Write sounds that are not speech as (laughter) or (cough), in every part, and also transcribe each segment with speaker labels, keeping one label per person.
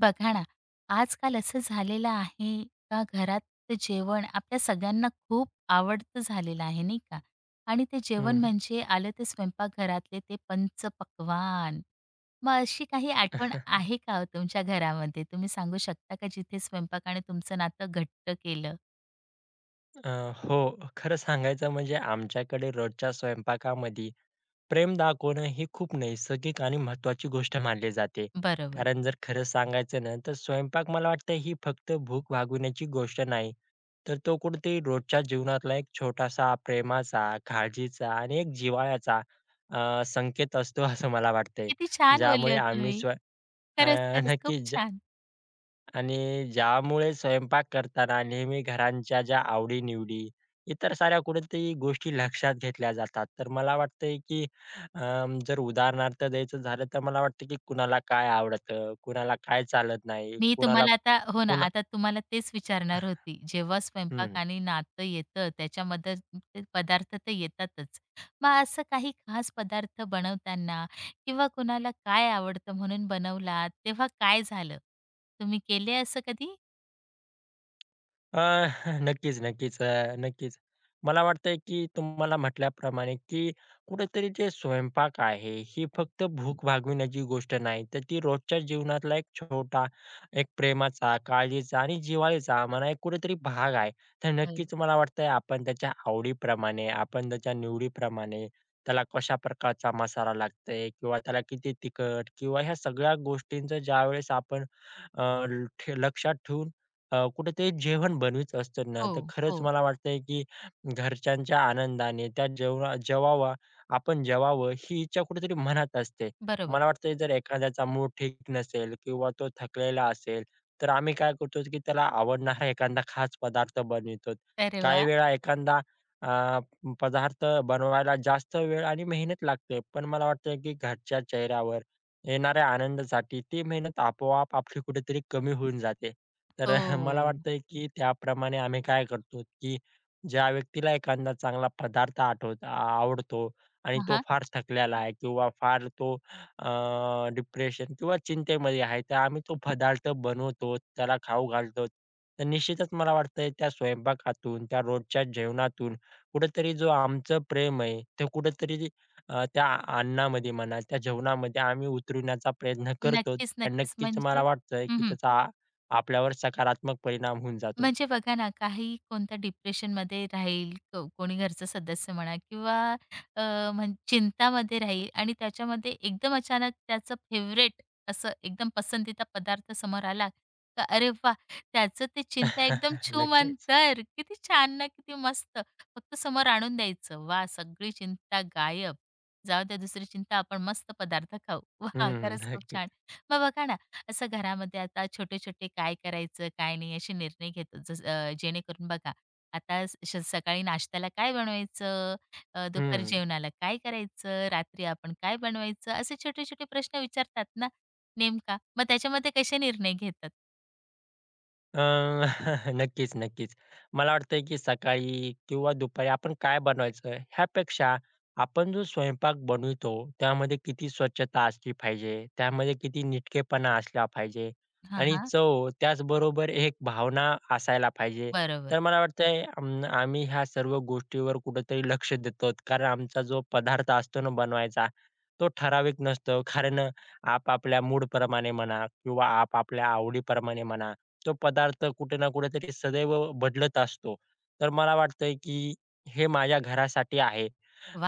Speaker 1: बघा ना, आजकाल असं झालेलं आहे का घरात जेवण आपल्या सगळ्यांना खूप आवडतं झालेलं आहे, नाही का? आणि ते जेवण
Speaker 2: हं,
Speaker 1: म्हणजे आलं ते स्वयंपाकघरातले ते पंचपक्वान्न. मग अशी काही
Speaker 2: अ,
Speaker 1: आठवण
Speaker 2: (laughs)
Speaker 1: आहे का हो तुमच्या घरामध्ये? तुम्ही सांगू शकता का जिथे स्वयंपाकाने तुमचं नातं घट्ट केलं?
Speaker 2: हो. खरं सांगायचं म्हणजे आमच्याकडे रोजच्या स्वयंपाकामध्ये प्रेम दाखवणं ही खूप नैसर्गिक आणि महत्त्वाची गोष्ट मानली जाते.
Speaker 1: बरोबर.
Speaker 2: कारण जर खरं सांगायचं ना, तर स्वयंपाक मला वाटतं ही फक्त भूक भागवण्याची गोष्ट नाही, तर तो कुठेतरी रोजच्या जीवनातला एक छोटासा प्रेमाचा, काळजीचा आणि एक जिव्हाळ्याचा संकेत असतो असं मला वाटतंय.
Speaker 1: किती छान बोलले
Speaker 2: ज्यामुळे
Speaker 1: हो
Speaker 2: आम्ही
Speaker 1: तुम्ही.
Speaker 2: स्व अ,
Speaker 1: खरंच, खरंच खूप
Speaker 2: नक्कीच.
Speaker 1: छान.
Speaker 2: आणि ज्यामुळे स्वयंपाक करताना नेहमी घरांच्या ज्या आवडी इतर साऱ्या कुठेतरी गोष्टी लक्षात घेतल्या जातात. तर मला वाटतंय की जर उदाहरणार्थ द्यायचं झालं तर मला वाटतं की कुणाला काय आवडतं, कुणाला काय चालत नाही,
Speaker 1: मी
Speaker 2: कुणाला
Speaker 1: तुम्हाला आता हो ना,
Speaker 2: कुणा
Speaker 1: आता तुम्हाला तेच विचारणार होती. जेव्हा स्वयंपाक
Speaker 2: हं.
Speaker 1: आणि नातं येतं त्याच्यामध्ये ते पदार्थ तर येतातच. मग असं काही खास पदार्थ बनवताना किंवा कुणाला काय आवडतं म्हणून बनवलात, तेव्हा काय झालं? तुम्ही केले असं कधी?
Speaker 2: अ, (laughs) नक्कीच, नक्कीच. नक्कीच. मला वाटतंय, की तुम्हाला म्हटल्याप्रमाणे, की कुठेतरी जे स्वयंपाक आहे, ही फक्त भूक भागविण्याची गोष्ट नाही, तर ती रोजच्या जीवनातला एक छोटा, एक प्रेमाचा, काळजीचा आणि जिव्हाळीचा म्हणा, एक कुठेतरी भाग आहे. तर
Speaker 1: बरोबर.
Speaker 2: नक्कीच मला वाटतंय, आपण त्याच्या आवडीप्रमाणे, आपण त्याच्या निवडीप्रमाणे, त्याला कशा प्रकारचा मसाला लागतोय किंवा त्याला किती तिखट किंवा ह्या सगळ्या गोष्टींचं ज्यावेळेस आपण अ, ल- ठे लक्षात ठेवून कुठेतरी जेवण बनवीत असतो ना,
Speaker 1: हो,
Speaker 2: तर खरंच
Speaker 1: हो.
Speaker 2: मला वाटतंय की घरच्यांच्या आनंदाने त्या जेवणा जेवावा आपण जेवावं ही इच्छा कुठेतरी मनात असते.
Speaker 1: बरोबर.
Speaker 2: मला वाटतंय जर एखाद्याचा मूड ठीक नसेल किंवा तो थकलेला असेल, तर आम्ही काय करतो की त्याला आवडणारा एखादा खास पदार्थ बनवितो.
Speaker 1: अरे
Speaker 2: काही
Speaker 1: वाह!
Speaker 2: वेळा एखादा अ, पदार्थ बनवायला जास्त वेळ आणि मेहनत लागते. पण मला वाटतं की घरच्या चेहऱ्यावर येणाऱ्या आनंदासाठी ती मेहनत आपोआप आपली कुठेतरी कमी होऊन जाते. तर (laughs) मला
Speaker 1: हो.
Speaker 2: वाटतंय की त्याप्रमाणे आम्ही काय करतो की ज्या व्यक्तीला एखादा चांगला पदार्थ आवडतो आणि तो
Speaker 1: हां,
Speaker 2: फार थकलेला आहे किंवा फार तो डिप्रेशन किंवा चिंतेमध्ये आहे तर आम्ही तो पदार्थ बनवतो, त्याला खाऊ घालतो. तर निश्चितच मला वाटतंय त्या स्वयंपाकातून, त्या रोजच्या जेवणातून कुठेतरी जो आमचं प्रेम आहे ते कुठेतरी त्या अन्नामध्ये म्हणा, त्या जेवणामध्ये आम्ही उतरविण्याचा प्रयत्न करतो
Speaker 1: नक्कीच,
Speaker 2: आणि
Speaker 1: नक्कीच.
Speaker 2: नक्कीच मला
Speaker 1: म्हणजे
Speaker 2: वाटतंय की
Speaker 1: हं,
Speaker 2: त्याचा आपल्यावर सकारात्मक परिणाम होऊन जातो.
Speaker 1: म्हणजे बघा ना, काही कोणत्या डिप्रेशनमध्ये राहील, कोणी घरचं सदस्य म्हणा किंवा अ, म्हण चिंतामध्ये राहील आणि त्याच्यामध्ये एकदम अचानक त्याचं फेव्हरेट असं एकदम पसंतीचा पदार्थ समोर आला, का अरे वाह! त्याचं ते चिंता एकदम
Speaker 2: (laughs)
Speaker 1: छूम
Speaker 2: नक्कीच.
Speaker 1: अंतर. किती छान ना, किती मस्त. फक्त समोर आणून द्यायचं. वाह! सगळी चिंता गायब. जाऊ द्या दुसरी चिंता, आपण मस्त पदार्थ खाऊ. वाह!
Speaker 2: हं,
Speaker 1: खरंच खूप
Speaker 2: नक्की.
Speaker 1: छान. मग बघा ना, असं घरामध्ये आता छोटे-छोटे काय करायचं, काय नाही असे निर्णय घेतो. जेणेकरून बघा आता सकाळी नाश्त्याला काय बनवायचं, दुपारी
Speaker 2: हं.
Speaker 1: जेवणाला काय करायचं, रात्री आपण काय बनवायचं, असे छोटे-छोटे प्रश्न विचारतात ना नेमका. मग त्याच्यामध्ये कसे निर्णय घेतात?
Speaker 2: अ, (laughs) नक्कीच, नक्कीच. मला वाटतंय की सकाळी किंवा दुपारी आपण काय बनवायचं ह्यापेक्षा आपण जो स्वयंपाक बनवितो त्यामध्ये किती स्वच्छता असली पाहिजे, त्यामध्ये किती नीटकेपणा असला पाहिजे
Speaker 1: हां,
Speaker 2: आणि
Speaker 1: हां.
Speaker 2: चव त्याचबरोबर एक भावना असायला पाहिजे.
Speaker 1: बरोबर.
Speaker 2: तर मला वाटतंय आम्ही ह्या सर्व गोष्टीवर कुठेतरी लक्ष देतो. कारण आमचा जो पदार्थ असतो ना बनवायचा, तो ठराविक नसतो. कारण आपापल्या मूडप्रमाणे म्हणा किंवा आपापल्या आवडीप्रमाणे म्हणा तो पदार्थ कुठे ना कुठेतरी सदैव बदलत असतो. तर मला वाटतंय की हे माझ्या घरासाठी आहे.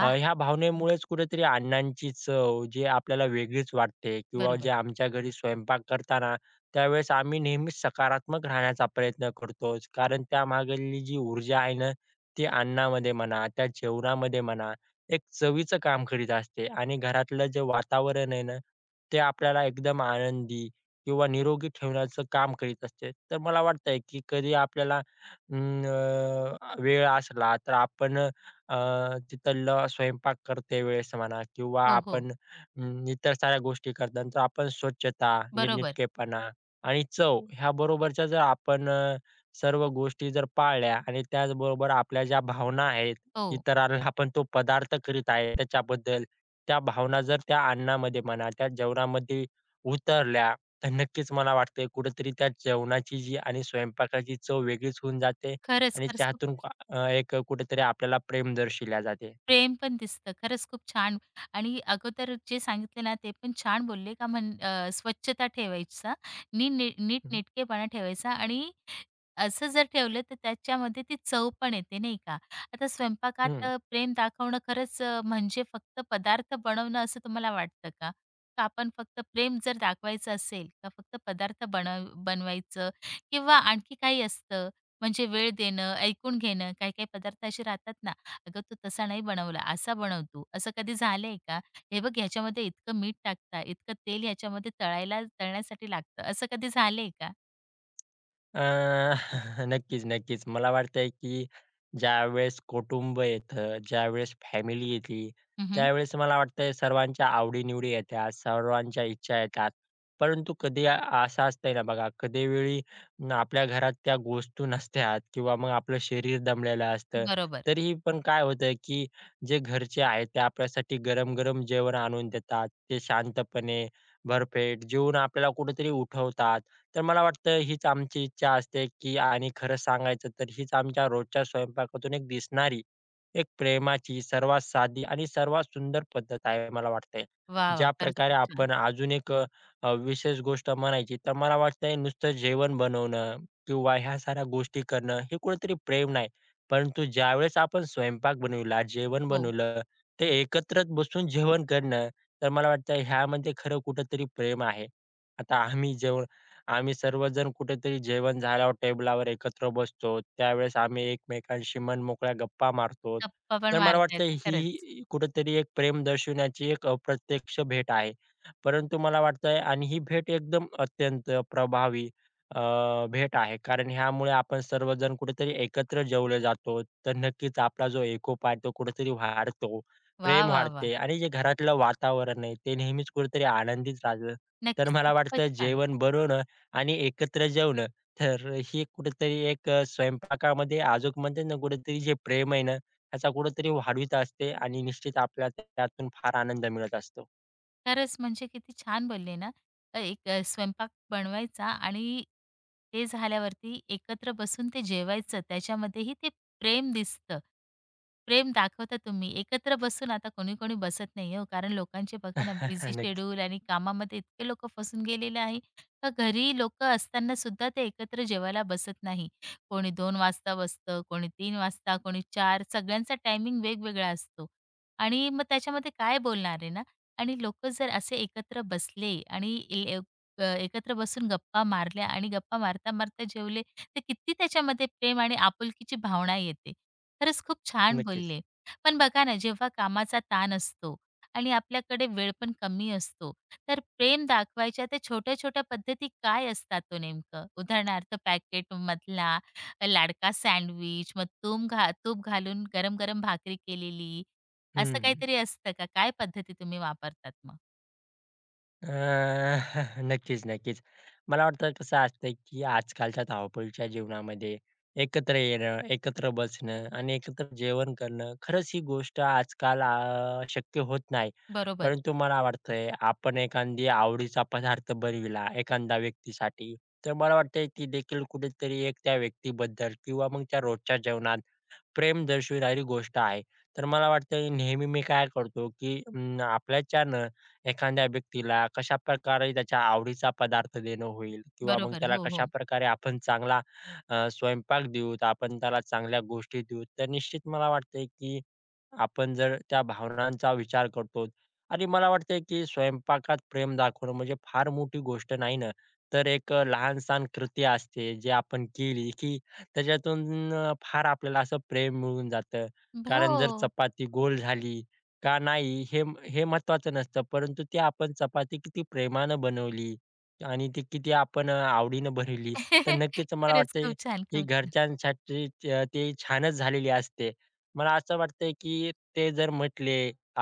Speaker 2: ह्या भावनेमुळेच कुठेतरी अण्णांची चव जे आपल्याला वेगळीच वाटते किंवा
Speaker 1: बरोबर.
Speaker 2: जे आमच्या घरी स्वयंपाक करताना त्यावेळेस आम्ही नेहमीच सकारात्मक राहण्याचा प्रयत्न करतोच. कारण त्यामागली जी ऊर्जा आहे ना, ती अन्नामध्ये म्हणा, त्या जेवणामध्ये म्हणा, एक चवीचं काम करीत असते आणि घरातलं जे वातावरण आहे ना, ते आपल्याला एकदम आनंदी किंवा निरोगी ठेवण्याचं काम करीत असते. तर मला वाटतंय की कधी आपल्याला वेळ असला तर आपण अ, तिथलं स्वयंपाक करते वेळेस म्हणा किंवा
Speaker 1: हो, हो.
Speaker 2: आपण इतर साऱ्या गोष्टी करताना तर आपण स्वच्छता,
Speaker 1: बरोबर.
Speaker 2: नीटनेटकेपणा आणि चव ह्याबरोबरच्या जर आपण सर्व गोष्टी जर पाळल्या आणि त्याचबरोबर आपल्या ज्या भावना आहेत,
Speaker 1: हो.
Speaker 2: इतरांना (laughs) आपण तो पदार्थ करीत आहे त्याच्याबद्दल, त्या भावना जर त्या अन्नामध्ये म्हणा, त्या जेवणामध्ये उतरल्या, तर नक्कीच मला वाटतंय कुठेतरी त्या जेवणाची जी आणि स्वयंपाकाची चव वेगळीच होऊन जाते.
Speaker 1: खरंच,
Speaker 2: आणि
Speaker 1: खरंच खूप
Speaker 2: त्यातून एक कुठेतरी आपल्याला प्रेम दर्शविल्या जाते.
Speaker 1: प्रेम पण दिसतं. खरंच खूप छान. आणि अगोदर जे सांगितले ना, ते पण छान बोलले का स्वच्छता ठेवायचा, नी नी
Speaker 2: हं,
Speaker 1: नीटनेटकेपणा ठेवायचा आणि असं जर ठेवलं, तर त्याच्यामध्ये ती चव पण येते, नाही का? आता स्वयंपाकात प्रेम दाखवणं खरंच म्हणजे फक्त पदार्थ बनवणं असं तुम्हाला वाटतं का? का आपण फक्त प्रेम जर दाखवायचं असेल, तर फक्त पदार्थ बनवायचं किंवा आणखी काही असतं, म्हणजे वेळ देणं, ऐकून घेणं, काही-काही पदार्थ असे राहतात ना, अगं तू तसा नाही बनवला, असा बनव तू. असं कधी झालंय का? हे बघ ह्याच्यामध्ये इतकं मीठ टाकता, इतकं तेल ह्याच्यामध्ये तळण्यासाठी लागतं, असं कधी झालंय का?
Speaker 2: अ, (laughs) नक्कीच, नक्कीच. मला वाटतंय, की ज्यावेळेस कुटुंब येतं, ज्यावेळेस फॅमिली येते,
Speaker 1: हं,
Speaker 2: त्यावेळेस मला वाटतंय सर्वांच्या आवडी-निवडी येतात, सर्वांच्या इच्छा येतात. परंतु कधी असं असतंय ना बघा, कधी वेळी न आपल्या घरात त्या गोष्टी नसतात किंवा मग आपलं शरीर दमलेलं असतं.
Speaker 1: बरोबर.
Speaker 2: तरीही पण काय होतं, की जे घरचे आहेत ते आपल्यासाठी गरम-गरम जेवण आणून देतात. ते शांतपणे, भरपेट जेवून आपल्याला कुठेतरी उठवतात. तर मला वाटतं हीच आमची इच्छा असते, की आणि खरं सांगायचं तर हीच आमच्या रोजच्या स्वयंपाकातून एक दिसणारी, एक प्रेमाची सर्वात साधी आणि सर्वात सुंदर पद्धत आहे मला वाटतंय.
Speaker 1: वाह! वाह!
Speaker 2: ज्या
Speaker 1: खरंच
Speaker 2: प्रकारे
Speaker 1: खूप
Speaker 2: आपण
Speaker 1: छान.
Speaker 2: अजून एक अ, अ, विशेष गोष्ट म्हणायची तर मला वाटतंय नुसतं जेवण बनवणं किंवा ह्या साऱ्या गोष्टी करणं हे कुठेतरी प्रेम नाही. परंतु ज्यावेळेस आपण स्वयंपाक बनविला, जेवण
Speaker 1: हो.
Speaker 2: बनवलं, ते एकत्र बसून जेवण करणं, तर मला वाटतं ह्यामध्ये खरं कुठेतरी प्रेम आहे. आता आम्ही जेवण आम्ही सर्वजण कुठेतरी जेवण झाल्यावर टेबलावर एकत्र बसतो. त्यावेळेस आम्ही एकमेकांशी मनमोकळ्या गप्पा मारतो.
Speaker 1: गप्पा पण
Speaker 2: तर मला
Speaker 1: मारता
Speaker 2: वाटतं
Speaker 1: येतात. खरंच.
Speaker 2: ही कुठेतरी एक प्रेम दर्शविण्याची एक अप्रत्यक्ष भेट आहे. परंतु मला वाटतंय आणि ही भेट एकदम अत्यंत प्रभावी अ, भेट आहे. कारण ह्यामुळे आपण सर्वजण कुठेतरी एकत्र जेवले जातो. तर नक्कीच आपला जो एकोपा आहे तो कुठेतरी वाढतो.
Speaker 1: वाह!
Speaker 2: प्रेम
Speaker 1: वाह! वाह!
Speaker 2: वाढते आणि जे घरातलं वातावरण आहे ते नेहमीच कुठेतरी आनंदीच राहतं. तर
Speaker 1: नक्कीच
Speaker 2: मला
Speaker 1: खूपच
Speaker 2: वाटतं
Speaker 1: छान.
Speaker 2: जेवण बनवणं आणि एकत्र जेवणं. तर ही कुठेतरी एक स्वयंपाकामध्ये आजूक म्हणते ना कुठेतरी जे प्रेम आहे ना, त्याचा कुठेतरी वाढवीत असते आणि निश्चित आपल्याला त्यातून फार आनंद मिळत असतो.
Speaker 1: खरंच म्हणजे किती छान बोलले ना. स्वयंपाक बनवायचा आणि ते झाल्यावरती एकत्र बसून ते जेवायचं. त्याच्यामध्येही ते प्रेम दिसतं. प्रेम दाखवता तुम्ही. एकत्र बसून आता कोणी-कोणी बसत नाही हो. कारण लोकांचे बघा ना
Speaker 2: (laughs)
Speaker 1: बिझी
Speaker 2: नक्की,
Speaker 1: शेड्यूल आणि कामामध्ये इतके लोकं फसून गेलेले आहे. का घरी लोकं असताना सुद्धा ते एकत्र जेवायला बसत नाही. कोणी 2 वाजता बसतं, कोणी 3 वाजता, कोणी 4 सगळ्यांचा टायमिंग वेगवेगळा असतो. आणि मग त्याच्यामध्ये काय बोलणार आहे ना? आणि लोकं जर असे एकत्र बसले आणि एकत्र बसून गप्पा मारल्या आणि गप्पा मारता-मारता जेवले, तर किती त्याच्यामध्ये प्रेम आणि आपुलकीची भावना येते. खरंच खूप छान
Speaker 2: नक्कीच.
Speaker 1: बोलले. पण बघा ना, जेव्हा कामाचा ताण असतो आणि आपल्याकडे वेळ पण कमी असतो, तर प्रेम दाखवायच्या त्या छोट्या-छोट्या पद्धती काय असतात ओ नेमकं? उदाहरणार्थ पॅकेटमधला लाडका सँडविच, मग तूम घा तूप घालून गरम-गरम भाकरी केलेली असं
Speaker 2: हं.
Speaker 1: काहीतरी असतं का? काय पद्धती तुम्ही वापरतात मग?
Speaker 2: अ, (laughs) नक्कीच, नक्कीच. मला वाटतं कसं असतंय, की आजकालच्या धावपळीच्या जीवनामध्ये एकत्र येणं, एकत्र बसणं आणि एकत्र जेवण करणं, खरंच ही गोष्ट आजकाल शक्य होत नाही.
Speaker 1: बरोबर,
Speaker 2: परंतु मला वाटतंय, आपण एखादी आवडीचा पदार्थ बनविला एखाद्या व्यक्तीसाठी, तर मला वाटतंय ती देखील कुठेतरी एक त्या व्यक्तीबद्दल किंवा मग त्या रोजच्या जेवणात प्रेम दर्शविणारी गोष्ट आहे. तर मला वाटतं नेहमी मी काय करतो, की आपल्याच्यानं एखाद्या व्यक्तीला कशाप्रकारे त्याच्या आवडीचा पदार्थ देणं होईल किंवा मग
Speaker 1: बरोबर.
Speaker 2: त्याला
Speaker 1: हो, हो.
Speaker 2: कशाप्रकारे आपण चांगला स्वयंपाक देऊत, आपण त्याला चांगल्या गोष्टी देऊत, तर निश्चित मला वाटतंय की आपण जर त्या भावनांचा विचार करतो आणि मला वाटतंय की स्वयंपाकात प्रेम दाखवणं म्हणजे फार मोठी गोष्ट नाही ना, तर एक लहान-सहान कृती असते जी आपण केली की त्याच्यातून फार आपल्याला असं प्रेम मिळून जातं. कारण जर
Speaker 1: हो.
Speaker 2: चपाती गोल झाली का नाही हे हे महत्त्वाचं नसतं, परंतु ती आपण चपाती किती प्रेमानं बनवली आणि ती किती आपण आवडीनं बनवली, तर
Speaker 1: (laughs)
Speaker 2: नक्कीच मला
Speaker 1: खरंच
Speaker 2: वाटतंय
Speaker 1: खूप छान,
Speaker 2: ही
Speaker 1: खूप छान.
Speaker 2: घरच्यांसाठी ती छानच झालेली असते. मला असं वाटतंय, की ते जर म्हटले,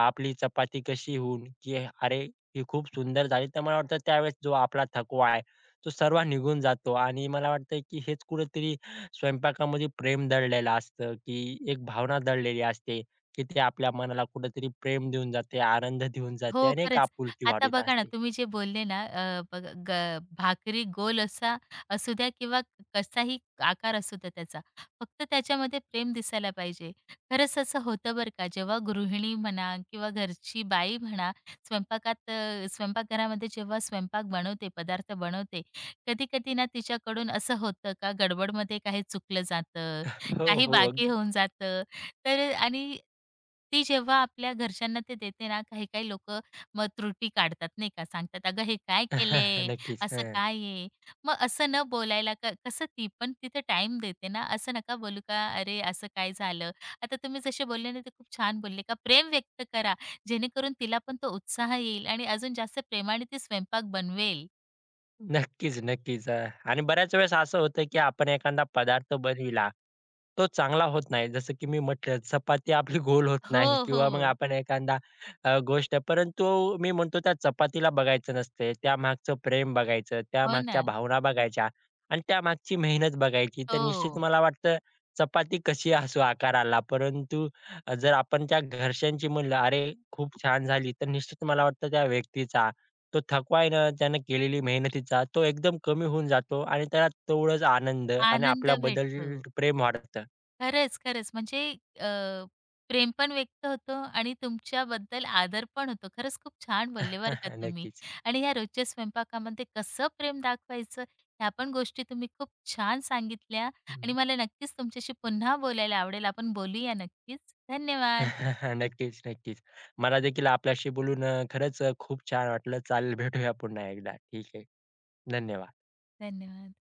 Speaker 2: आपली चपाती कशी होऊन, की "अरे, ही खूप सुंदर झाली." तर मला वाटतं त्यावेळेस जो आपला थकवा आहे, तो सर्व निघून जातो आणि मला वाटतं, की हेच कुठेतरी स्वयंपाकामध्ये प्रेम दडलेलं असतं, की एक भावना दडलेली असते, की ते आपल्या मनाला कुठेतरी प्रेम देऊन जाते, आनंद देऊन
Speaker 1: हो,
Speaker 2: जाते आणि एक
Speaker 1: खरंच.
Speaker 2: आपुलकी
Speaker 1: आता
Speaker 2: वाढवीत
Speaker 1: बघा ना,
Speaker 2: असते.
Speaker 1: तुम्ही जे बोलले ना, अ, बघ ग भाकरी गोल असा असू द्या किंवा कसाही आकार असू द्या त्याचा, फक्त त्याच्यामध्ये प्रेम दिसायला पाहिजे. खरंच असं होतं बरं का, जेव्हा गृहिणी म्हणा किंवा घरची बाई म्हणा, स्वयंपाकात स्वयंपाकघरामध्ये जेव्हा स्वयंपाक बनवते, पदार्थ बनवते, कधी-कधी ना तिच्याकडून असं होतं का गडबडमध्ये काही चुकलं जातं,
Speaker 2: हो,
Speaker 1: काही
Speaker 2: हो.
Speaker 1: बाकी
Speaker 2: अगदी.
Speaker 1: होऊन जातं. तर आणि ती जेव्हा आपल्या घरच्यांना ते देते ना, काही-काही लोकं मग त्रुटी काढतात नाही का, सांगतात, "अगं हे काय
Speaker 2: (laughs)
Speaker 1: केलंय?
Speaker 2: नक्कीच.
Speaker 1: असं
Speaker 2: हं.
Speaker 1: काय आहे?" मग असं न बोलायला कसं ती पण तिथे टाईम देते ना, असं नका बोलू का, "अरे असं काय झालं?" आता तुम्ही जसे बोलले ना, ते खूप छान बोलले का प्रेम व्यक्त करा, जेणेकरून तिला पण तो उत्साह येईल आणि अजून जास्त प्रेमाने ती स्वयंपाक बनवेल.
Speaker 2: नक्कीच, नक्कीच. आणि बऱ्याच वेळेस असं होतं, की आपण एखादा पदार्थ बनविला तो चांगला होत नाही. जसं की मी म्हटलं चपाती आपली (laughs) गोल होत
Speaker 1: हो,
Speaker 2: नाही किंवा मग
Speaker 1: हो.
Speaker 2: आपण एखादा गोष्ट परंतु मी म्हणतो त्या चपातीला बघायचं नसते. त्यामागचं प्रेम बघायचं,
Speaker 1: हो
Speaker 2: त्यामागच्या
Speaker 1: ना.
Speaker 2: भावना बघायच्या आणि त्यामागची मेहनत बघायची. तर निश्चित
Speaker 1: हो.
Speaker 2: मला वाटतं चपाती कशी असो आकाराला, परंतु जर आपण त्या घरच्यांची म्हणलं, "अरे, खूप छान झाली." तर निश्चित मला वाटतं त्या व्यक्तीचा तो थकवा आहे ना, त्यानं केलेली मेहनतीचा तो एकदम कमी होऊन जातो आणि त्याला तेवढाच आनंद आणि
Speaker 1: आनंद
Speaker 2: आपल्याबद्दल
Speaker 1: भेटतो.
Speaker 2: प्रेम वाटतं.
Speaker 1: खरंच, खरंच. म्हणजे अ, प्रेम पण व्यक्त होतं आणि तुमच्याबद्दल आदर पण होतो. खरंच खूप छान बोलले बरं का
Speaker 2: (laughs)
Speaker 1: तुम्ही.
Speaker 2: नक्कीच.
Speaker 1: आणि ह्या रोजच्या स्वयंपाकामध्ये कसं प्रेम दाखवायचं, ह्या पण गोष्टी तुम्ही खूप छान सांगितल्या आणि
Speaker 2: हं.
Speaker 1: मला नक्कीच तुमच्याशी पुन्हा बोलायला आवडेल. आपण बोलूया नक्कीच. धन्यवाद.
Speaker 2: (laughs) नक्कीच, नक्कीच. मला देखील आपल्याशी बोलून खरंच खूप छान वाटलं. चालेल भेटूया पुन्हा एकदा. ठीक आहे. धन्यवाद.
Speaker 1: धन्यवाद.